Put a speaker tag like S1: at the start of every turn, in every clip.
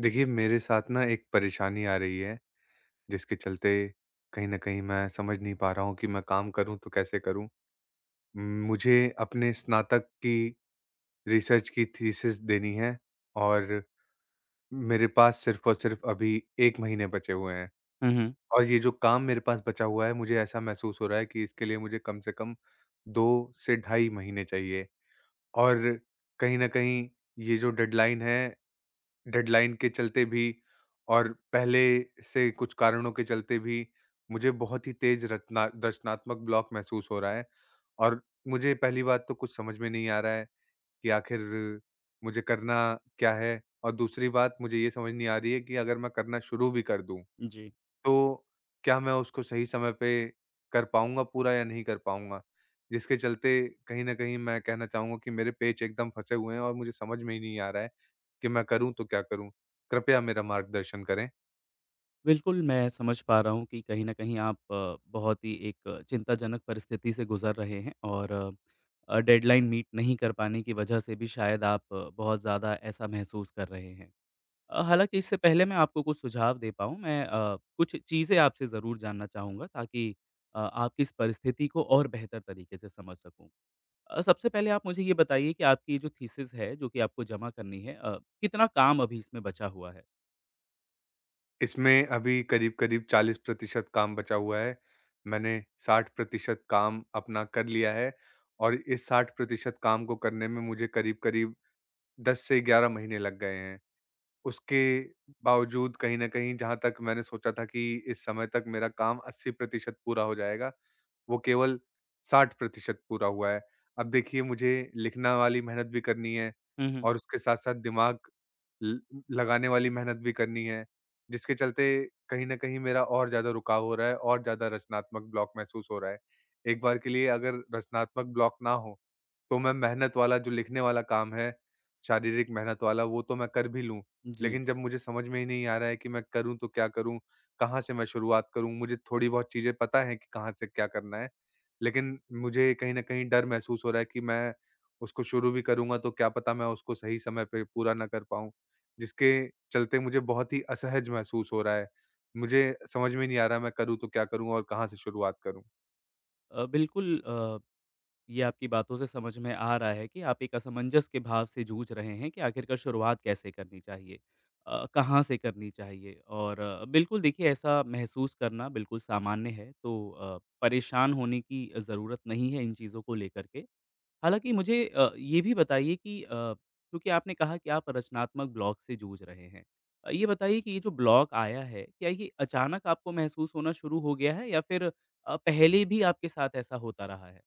S1: देखिए, मेरे साथ ना एक परेशानी आ रही है, जिसके चलते कहीं न कहीं मैं समझ नहीं पा रहा हूँ कि मैं काम करूँ तो कैसे करूँ? मुझे अपने स्नातक की रिसर्च की थीसिस देनी है और मेरे पास सिर्फ़ और सिर्फ़ अभी 1 महीने बचे हुए हैं।
S2: हुँ, हुँ।
S1: और ये जो काम मेरे पास बचा हुआ है, मुझे ऐसा महसूस हो रहा है कि इसके लिए मुझे कम से कम 2 से ढाई महीने चाहिए। और कहीं न कहीं ये जो डेडलाइन है, डेडलाइन के चलते भी और पहले से कुछ कारणों के चलते भी मुझे बहुत ही तेज रचनात्मक ब्लॉक महसूस हो रहा है। और मुझे पहली बात तो कुछ समझ में नहीं आ रहा है कि आखिर मुझे करना क्या है, और दूसरी बात मुझे ये समझ नहीं आ रही है कि अगर मैं करना शुरू भी कर दूं,
S2: जी,
S1: तो क्या मैं उसको सही समय पे कर पाऊंगा पूरा या नहीं कर पाऊंगा, जिसके चलते कहीं ना कहीं मैं कहना चाहूंगा कि मेरे पेच एकदम फंसे हुए हैं और मुझे समझ में ही नहीं आ रहा है कि मैं करूँ तो क्या करूँ? कृपया मेरा मार्गदर्शन करें।
S2: बिल्कुल मैं समझ पा रहा हूँ कि कहीं न कहीं आप बहुत ही एक चिंताजनक परिस्थिति से गुज़र रहे हैं और डेडलाइन मीट नहीं कर पाने की वजह से भी शायद आप बहुत ज़्यादा ऐसा महसूस कर रहे हैं। हालाँकि इससे पहले मैं आपको कुछ सुझाव दे पाऊँ, मैं कुछ चीज़ें आपसे ज़रूर जानना चाहूँगा ताकि आपकी इस परिस्थिति को और बेहतर तरीके से समझ सकूँ। सबसे पहले आप मुझे ये बताइए कि आपकी जो थीसिस है, जो कि आपको जमा करनी है कितना काम अभी इसमें बचा हुआ है?
S1: इसमें अभी करीब-करीब 40% काम बचा हुआ है। मैंने 60% काम अपना कर लिया है और इस 60% काम को करने में मुझे करीब-करीब 10 से 11 महीने लग गए हैं। उसके बावजूद कहीं न कहीं जहाँ तक मैंने सोचा था कि इस समय तक मेरा काम 80% पूरा हो जाएगा, वो केवल 60% पूरा हुआ है। अब देखिए, मुझे लिखना वाली मेहनत भी करनी है
S2: हुँ, हुँ।
S1: और उसके साथ-साथ दिमाग ल लगाने वाली मेहनत भी करनी है, जिसके चलते कहीं न कहीं मेरा और ज़्यादा रुकाव हो रहा है और ज़्यादा रचनात्मक ब्लॉक महसूस हो रहा है। एक बार के लिए अगर रचनात्मक ब्लॉक ना हो, तो मैं मेहनत वाला जो लिखने वाला काम है, शारीरिक मेहनत वाला, वो तो मैं कर भी लूँ,
S2: जी।
S1: लेकिन जब मुझे समझ में ही नहीं आ रहा है कि मैं करूँ तो क्या करूँ? कहाँ से मैं शुरुआत करूँ? मुझे थोड़ी बहुत चीज़ें पता है कि कहाँ से क्या करना है, लेकिन मुझे कहीं न कहीं डर महसूस हो रहा है कि मैं उसको शुरू भी करूँगा तो क्या पता मैं उसको सही समय पे पूरा ना कर पाऊँ, जिसके चलते मुझे बहुत ही असहज महसूस हो रहा है। मुझे समझ में नहीं आ रहा मैं करूँ तो क्या करूँ और कहाँ से शुरुआत करूँ?
S2: बिल्कुल ये आपकी बातों से समझ में आ रहा है कि आप एक असमंजस के भाव से जूझ रहे हैं कि आखिरकार शुरुआत कैसे करनी चाहिए, कहाँ से करनी चाहिए और बिल्कुल देखिए ऐसा महसूस करना बिल्कुल सामान्य है। तो परेशान होने की ज़रूरत नहीं है इन चीज़ों को लेकर के। हालाँकि मुझे ये भी बताइए कि क्योंकि आपने कहा कि आप रचनात्मक ब्लॉक से जूझ रहे हैं। ये बताइए कि ये जो ब्लॉक आया है, क्या ये अचानक आपको महसूस होना शुरू हो गया है या फिर पहले भी आपके साथ ऐसा होता रहा है?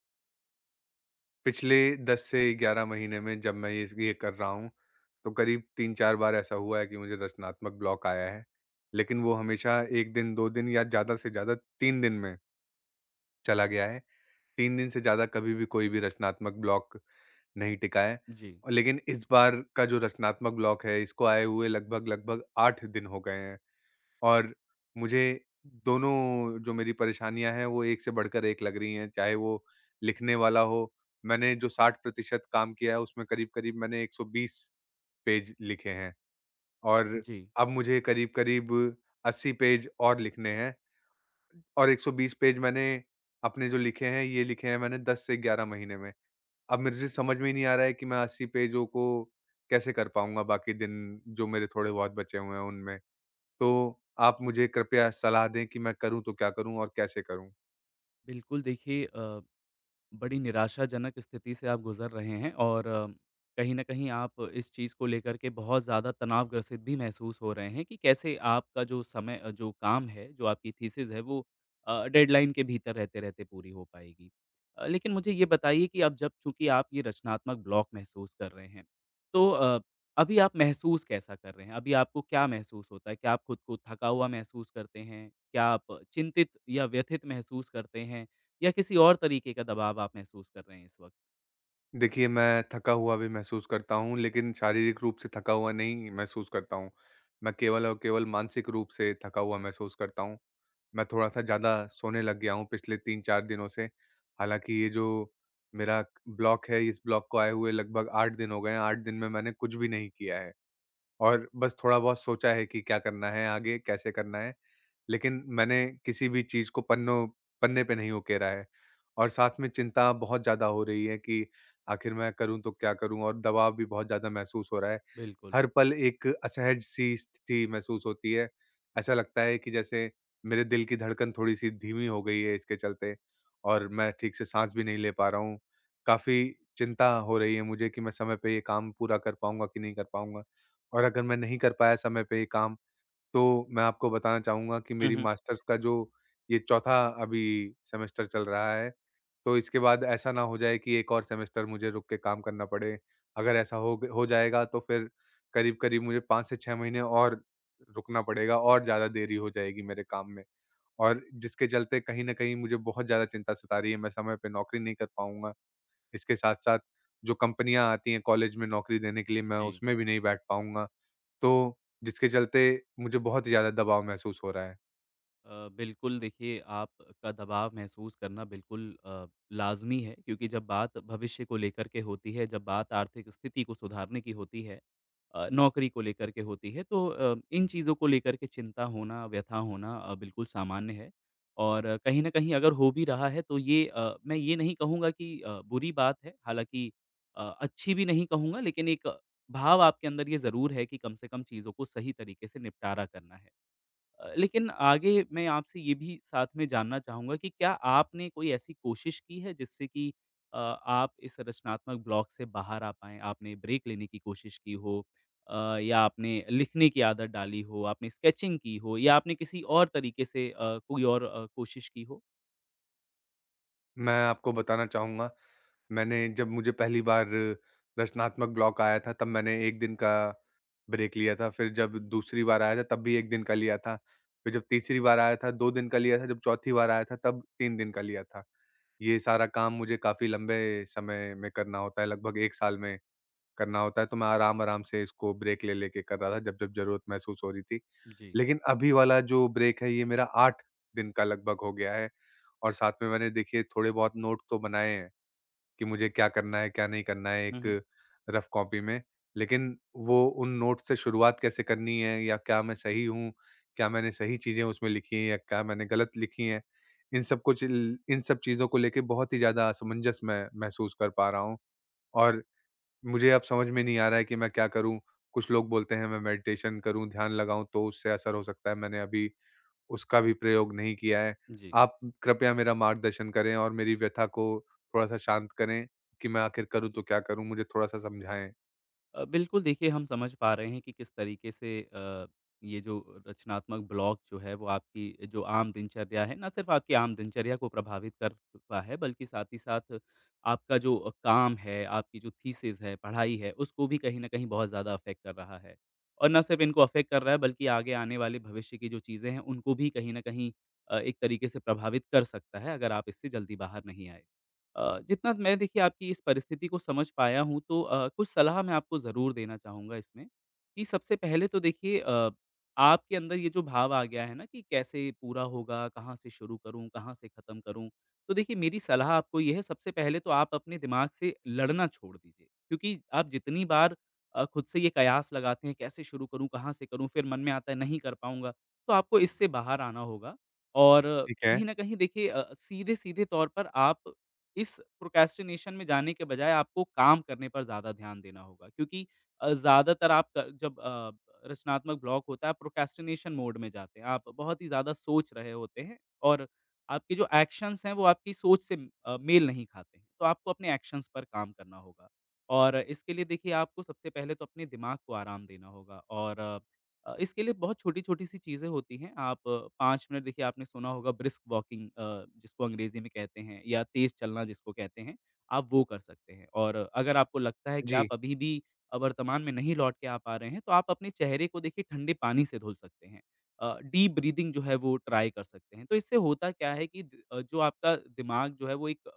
S1: पिछले 10 से 11 महीने में जब मैं ये कर रहा हूँ, तो करीब 3-4 बार ऐसा हुआ है कि मुझे रचनात्मक ब्लॉक आया है। लेकिन वो हमेशा 1 दिन, 2 दिन या ज़्यादा से ज़्यादा 3 दिन में चला गया है। 3 दिन से ज़्यादा कभी भी कोई भी रचनात्मक ब्लॉक नहीं टिका है।
S2: जी।
S1: और लेकिन इस बार का जो रचनात्मक ब्लॉक है, इसको आए हुए लगभग-लगभग 8 दिन हो गए हैं। और मुझे दोनों जो मेरी परेशानियाँ हैं वो एक से बढ़कर एक लग रही हैं। चाहे वो लिखने वाला हो, मैंने जो 60% काम किया है उसमें करीब-करीब मैंने 120 पेज लिखे हैं और
S2: जी,
S1: अब मुझे करीब-करीब 80 पेज और लिखने हैं, और 120 पेज मैंने अपने जो लिखे हैं ये लिखे हैं मैंने 10 से 11 महीने में। अब मुझे समझ में ही नहीं आ रहा है कि मैं 80 पेजों को कैसे कर पाऊँगा बाकी दिन जो मेरे थोड़े बहुत बचे हुए हैं उनमें। तो आप मुझे कृपया सलाह दें कि मैं करूँ तो क्या करूँ और कैसे करूँ?
S2: बिल्कुल देखिए बड़ी निराशाजनक स्थिति से आप गुज़र रहे हैं और कहीं न कहीं आप इस चीज़ को लेकर के बहुत ज़्यादा तनावग्रसित भी महसूस हो रहे हैं कि कैसे आपका जो समय जो काम है, जो आपकी थीसिस है वो डेडलाइन के भीतर रहते-रहते पूरी हो पाएगी। लेकिन मुझे ये बताइए कि अब जब चूँकि आप ये रचनात्मक ब्लॉक महसूस कर रहे हैं, तो अभी आप महसूस कैसा कर रहे हैं? अभी आपको क्या महसूस होता है? क्या आप खुद को थका हुआ महसूस करते हैं? क्या आप चिंतित या व्यथित महसूस करते हैं? या किसी और तरीके का दबाव आप महसूस कर रहे हैं इस वक़्त?
S1: देखिए, मैं थका हुआ भी महसूस करता हूँ, लेकिन शारीरिक रूप से थका हुआ नहीं महसूस करता हूँ। मैं केवल और केवल मानसिक रूप से थका हुआ महसूस करता हूँ। मैं थोड़ा-सा ज़्यादा सोने लग गया हूँ पिछले 3-4 दिनों से। हालाँकि ये जो मेरा ब्लॉक है, इस ब्लॉक को आए हुए लगभग 8 दिन हो गए हैं। 8 दिन में मैंने कुछ भी नहीं किया है और बस थोड़ा-बहुत सोचा है कि क्या करना है आगे, कैसे करना है। लेकिन मैंने किसी भी चीज़ को पन्नों पन्ने पे नहीं उकेरा है। और साथ में चिंता बहुत ज़्यादा हो रही है कि आखिर मैं करूँ तो क्या करूँ? और दबाव भी बहुत ज़्यादा महसूस हो रहा है।
S2: बिल्कुल।
S1: हर पल एक असहज-सी स्थिति महसूस होती है। ऐसा लगता है कि जैसे मेरे दिल की धड़कन थोड़ी-सी धीमी हो गई है इसके चलते, और मैं ठीक से साँस भी नहीं ले पा रहा हूँ। काफ़ी चिंता हो रही है मुझे कि मैं समय पे ये काम पूरा कर पाऊँगा कि नहीं कर पाऊँगा? और अगर मैं नहीं कर पाया समय पे ये काम, तो मैं आपको बताना चाहूँगा कि
S2: हुँ,
S1: मेरी
S2: हुँ।
S1: मास्टर्स का जो ये चौथा अभी सेमेस्टर चल रहा है, तो इसके बाद ऐसा ना हो जाए कि एक और सेमेस्टर मुझे रुक के काम करना पड़े। अगर ऐसा हो जाएगा तो फिर करीब-करीब मुझे 5 से 6 महीने और रुकना पड़ेगा और ज़्यादा देरी हो जाएगी मेरे काम में। और जिसके चलते कहीं न कहीं मुझे बहुत ज़्यादा चिंता सता रही है, मैं समय पे नौकरी नहीं कर पाऊँगा। इसके साथ-साथ जो कंपनियाँ आती हैं कॉलेज में नौकरी देने के लिए, मैं
S2: जी।
S1: उसमें भी नहीं बैठ पाऊँगा। तो जिसके चलते मुझे बहुत ही ज़्यादा दबाव महसूस हो रहा है।
S2: बिल्कुल देखिए आप का दबाव महसूस करना बिल्कुल लाज़मी है क्योंकि जब बात भविष्य को लेकर के होती है, जब बात आर्थिक स्थिति को सुधारने की होती है, नौकरी को लेकर के होती है तो इन चीज़ों को लेकर के चिंता होना, व्यथा होना बिल्कुल सामान्य है। और कहीं न कहीं अगर हो भी रहा है तो ये मैं ये नहीं कहूँगा कि बुरी बात है, हालाँकि अच्छी भी नहीं कहूँगा लेकिन एक भाव आपके अंदर ये ज़रूर है कि कम से कम चीज़ों को सही तरीके से निपटारा करना है। लेकिन आगे मैं आपसे ये भी साथ में जानना चाहूँगा कि क्या आपने कोई ऐसी कोशिश की है जिससे कि आप इस रचनात्मक ब्लॉक से बाहर आ पाएँ? आपने ब्रेक लेने की कोशिश की हो अ, या आपने लिखने की आदत डाली हो, आपने स्केचिंग की हो या आपने किसी और तरीके से कोई और कोशिश की हो?
S1: मैं आपको बताना चाहूँगा, मैंने जब मुझे पहली बार रचनात्मक ब्लॉक आया था, तब मैंने 1 दिन का ब्रेक लिया था, फिर जब दूसरी बार आया था, तब भी 1 दिन का लिया था, फिर जब तीसरी बार आया था, 2 दिन का लिया था, जब चौथी बार आया था, तब 3 दिन का लिया था। ये सारा काम मुझे काफ़ी लंबे समय में करना होता है, लगभग 1 साल में करना होता है, तो मैं आराम-आराम से इसको ब्रेक ले लेके कर रहा था जब-जब ज़रूरत महसूस हो रही थी।
S2: जी।
S1: लेकिन अभी वाला जो ब्रेक है ये मेरा 8 दिन का लगभग हो गया है, और साथ में मैंने देखिए थोड़े बहुत नोट तो बनाए हैं कि मुझे क्या करना है, क्या नहीं करना है,
S2: हुँ, हुँ।
S1: एक रफ कॉपी में। लेकिन वो उन नोट से शुरुआत कैसे करनी है, या क्या मैं सही हूँ, क्या मैंने सही चीज़ें उसमें लिखी हैं या क्या मैंने गलत लिखी हैं, इन सब चीज़ों को लेके बहुत ही ज़्यादा असमंजस मैं महसूस कर पा रहा हूँ, और मुझे अब समझ में नहीं आ रहा है कि मैं क्या करूँ? कुछ लोग बोलते हैं मैं मेडिटेशन करूँ, ध्यान लगाऊँ तो उससे असर हो सकता है, मैंने अभी उसका भी प्रयोग नहीं किया है।
S2: जी।
S1: आप कृपया मेरा मार्गदर्शन करें और मेरी व्यथा को थोड़ा-सा शांत करें, कि मैं आखिर करूँ तो क्या करूँ? मुझे थोड़ा-सा समझाएँ।
S2: बिल्कुल देखिए हम समझ पा रहे हैं कि किस तरीके से ये जो रचनात्मक ब्लॉक जो है वो आपकी जो आम दिनचर्या है ना सिर्फ आपकी आम दिनचर्या को प्रभावित कर चुका है बल्कि साथ ही साथ आपका जो काम है आपकी जो थीसिस है पढ़ाई है उसको भी कहीं ना कहीं बहुत ज़्यादा अफेक्ट कर रहा है और ना सिर्फ इनको अफेक्ट कर रहा है बल्कि आगे आने वाले भविष्य की जो चीज़ें हैं उनको भी कहीं ना कहीं एक तरीके से प्रभावित कर सकता है अगर आप इससे जल्दी बाहर नहीं आए। जितना मैं देखिए आपकी इस परिस्थिति को समझ पाया हूँ तो कुछ सलाह मैं आपको ज़रूर देना चाहूँगा इसमें, कि सबसे पहले तो देखिए आपके अंदर ये जो भाव आ गया है ना कि कैसे पूरा होगा, कहाँ से शुरू करूँ, कहाँ से ख़त्म करूँ? तो देखिए मेरी सलाह आपको ये है सबसे पहले तो आप अपने दिमाग से लड़ना छोड़ दीजिए, क्योंकि आप जितनी बार खुद से ये कयास लगाते हैं कैसे शुरू करूँ, कहाँ से करूँ? फिर मन में आता है नहीं कर पाऊँगा, तो आपको इससे बाहर आना होगा और
S1: ठीक है।
S2: कहीं न कहीं देखिए सीधे-सीधे तौर पर आप इस प्रोक्रेस्टिनेशन में जाने के बजाय आपको काम करने पर ज़्यादा ध्यान देना होगा क्योंकि ज़्यादातर आप क जब अ, रचनात्मक ब्लॉक होता है, प्रोक्रेस्टिनेशन मोड में जाते हैं। आप बहुत ही ज़्यादा सोच रहे होते हैं और आपके जो एक्शंस हैं, वो आपकी सोच से मेल नहीं खाते हैं। तो आपको अपने एक्शंस पर काम करना होगा और इसके लिए देखिए आपको सबसे पहले तो अपने दिमाग को आराम देना होगा और इसके लिए बहुत छोटी-छोटी सी चीज़ें होती हैं। आप 5 मिनट देखिए आपने सुना होगा ब्रिस्क वॉकिंग जिसको अंग्रेज़ी में कहते हैं या तेज़ चलना जिसको कहते हैं, आप वो कर सकते हैं। और अगर आपको लगता है कि
S1: जी,
S2: आप अभी भी वर्तमान में नहीं लौट के आ पा रहे हैं, तो आप अपने चेहरे को देखिए ठंडे पानी से धुल सकते हैं। डीप ब्रीथिंग जो है वो ट्राई कर सकते हैं। तो इससे होता क्या है कि जो आपका दिमाग जो है वो एक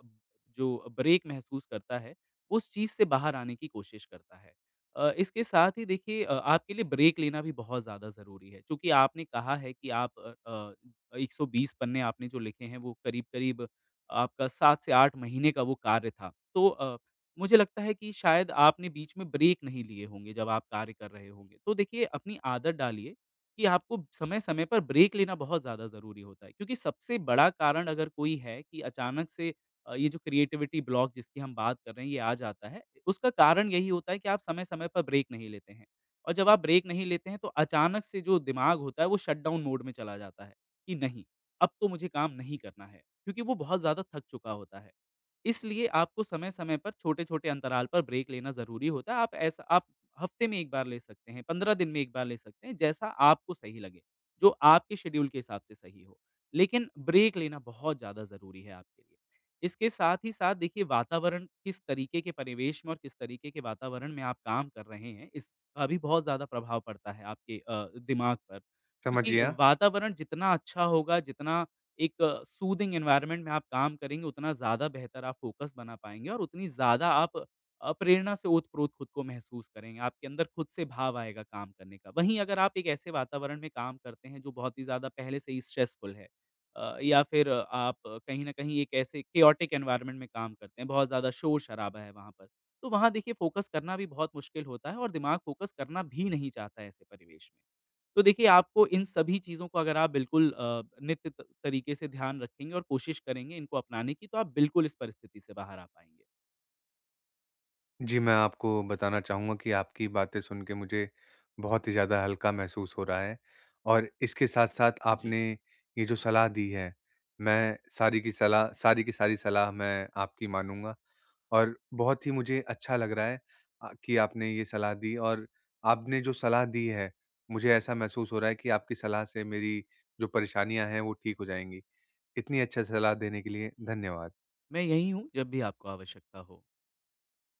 S2: जो ब्रेक महसूस करता है, उस चीज़ से बाहर आने की कोशिश करता है। इसके साथ ही देखिए आपके लिए ब्रेक लेना भी बहुत ज़्यादा ज़रूरी है। चूँकि आपने कहा है कि आप 120 पन्ने आपने जो लिखे हैं वो करीब-करीब आपका 7 से 8 महीने का वो कार्य था। तो मुझे लगता है कि शायद आपने बीच में ब्रेक नहीं लिए होंगे जब आप कार्य कर रहे होंगे। तो देखिए अपनी आदत डालिए कि आपको समय-समय पर ब्रेक लेना बहुत ज़्यादा ज़रूरी होता है। क्योंकि सबसे बड़ा कारण अगर कोई है कि अचानक से ये जो क्रिएटिविटी ब्लॉक जिसकी हम बात कर रहे हैं, ये आ जाता है। उसका कारण यही होता है कि आप समय-समय पर ब्रेक नहीं लेते हैं और जब आप ब्रेक नहीं लेते हैं, तो अचानक से जो दिमाग होता है, वो शटडाउन मोड में चला जाता है कि नहीं, अब तो मुझे काम नहीं करना है, क्योंकि वो बहुत ज़्यादा थक चुका होता है। इसलिए आपको समय-समय पर छोटे-छोटे अंतराल पर ब्रेक लेना ज़रूरी होता है। आप हफ्ते में 1 बार ले सकते हैं, 15 दिन में 1 बार ले सकते हैं, जैसा आपको सही लगे, जो आपके शेड्यूल के हिसाब से सही हो। लेकिन ब्रेक लेना बहुत ज़्यादा ज़रूरी है आपके लिए। इसके साथ ही साथ देखिए वातावरण किस तरीके के परिवेश में और किस तरीके के वातावरण में आप काम कर रहे हैं, इसका भी बहुत ज़्यादा प्रभाव पड़ता है आपके दिमाग पर।
S1: समझ
S2: क्योंकि
S1: गया।
S2: वातावरण जितना अच्छा होगा, जितना एक सूदिंग एनवायरनमेंट में आप काम करेंगे, उतना ज़्यादा बेहतर आप फ़ोकस बना पाएँगे और उतनी ज़्यादा आप प्रेरणा से ओत-प्रोत खुद को महसूस करेंगे। आपके अंदर खुद से भाव आएगा काम करने का। वहीं अगर आप एक ऐसे वातावरण में काम करते हैं, जो बहुत ही ज़्यादा पहले से ही स्ट्रेसफुल है या फिर आप कहीं न कहीं एक ऐसे केओटिक एनवायरनमेंट में काम करते हैं, बहुत ज़्यादा शोर-शराबा है वहाँ पर, तो वहाँ देखिए फ़ोकस करना भी बहुत मुश्किल होता है और दिमाग फ़ोकस करना भी नहीं चाहता है ऐसे परिवेश में। तो देखिए आपको इन सभी चीज़ों को अगर आप बिल्कुल नित्य त तरीके से ध्यान रखेंगे और कोशिश करेंगे इनको अपनाने की तो आप बिल्कुल इस परिस्थिति से बाहर आ पाएँगे।
S1: जी, मैं आपको बताना चाहूँगा कि आपकी बातें सुन के मुझे बहुत ही ज़्यादा हल्का महसूस हो रहा है, और इसके साथ-साथ
S2: जी,
S1: आपने ये जो सलाह दी है, मैं सारी की सारी सलाह मैं आपकी मानूँगा, और बहुत ही मुझे अच्छा लग रहा है कि आपने ये सलाह दी, और आपने जो सलाह दी है, मुझे ऐसा महसूस हो रहा है कि आपकी सलाह से मेरी जो परेशानियाँ हैं, वो ठीक हो जाएँगी। इतनी अच्छा सलाह देने के लिए धन्यवाद।
S2: मैं यहीं हूँ जब भी आपको आवश्यकता हो।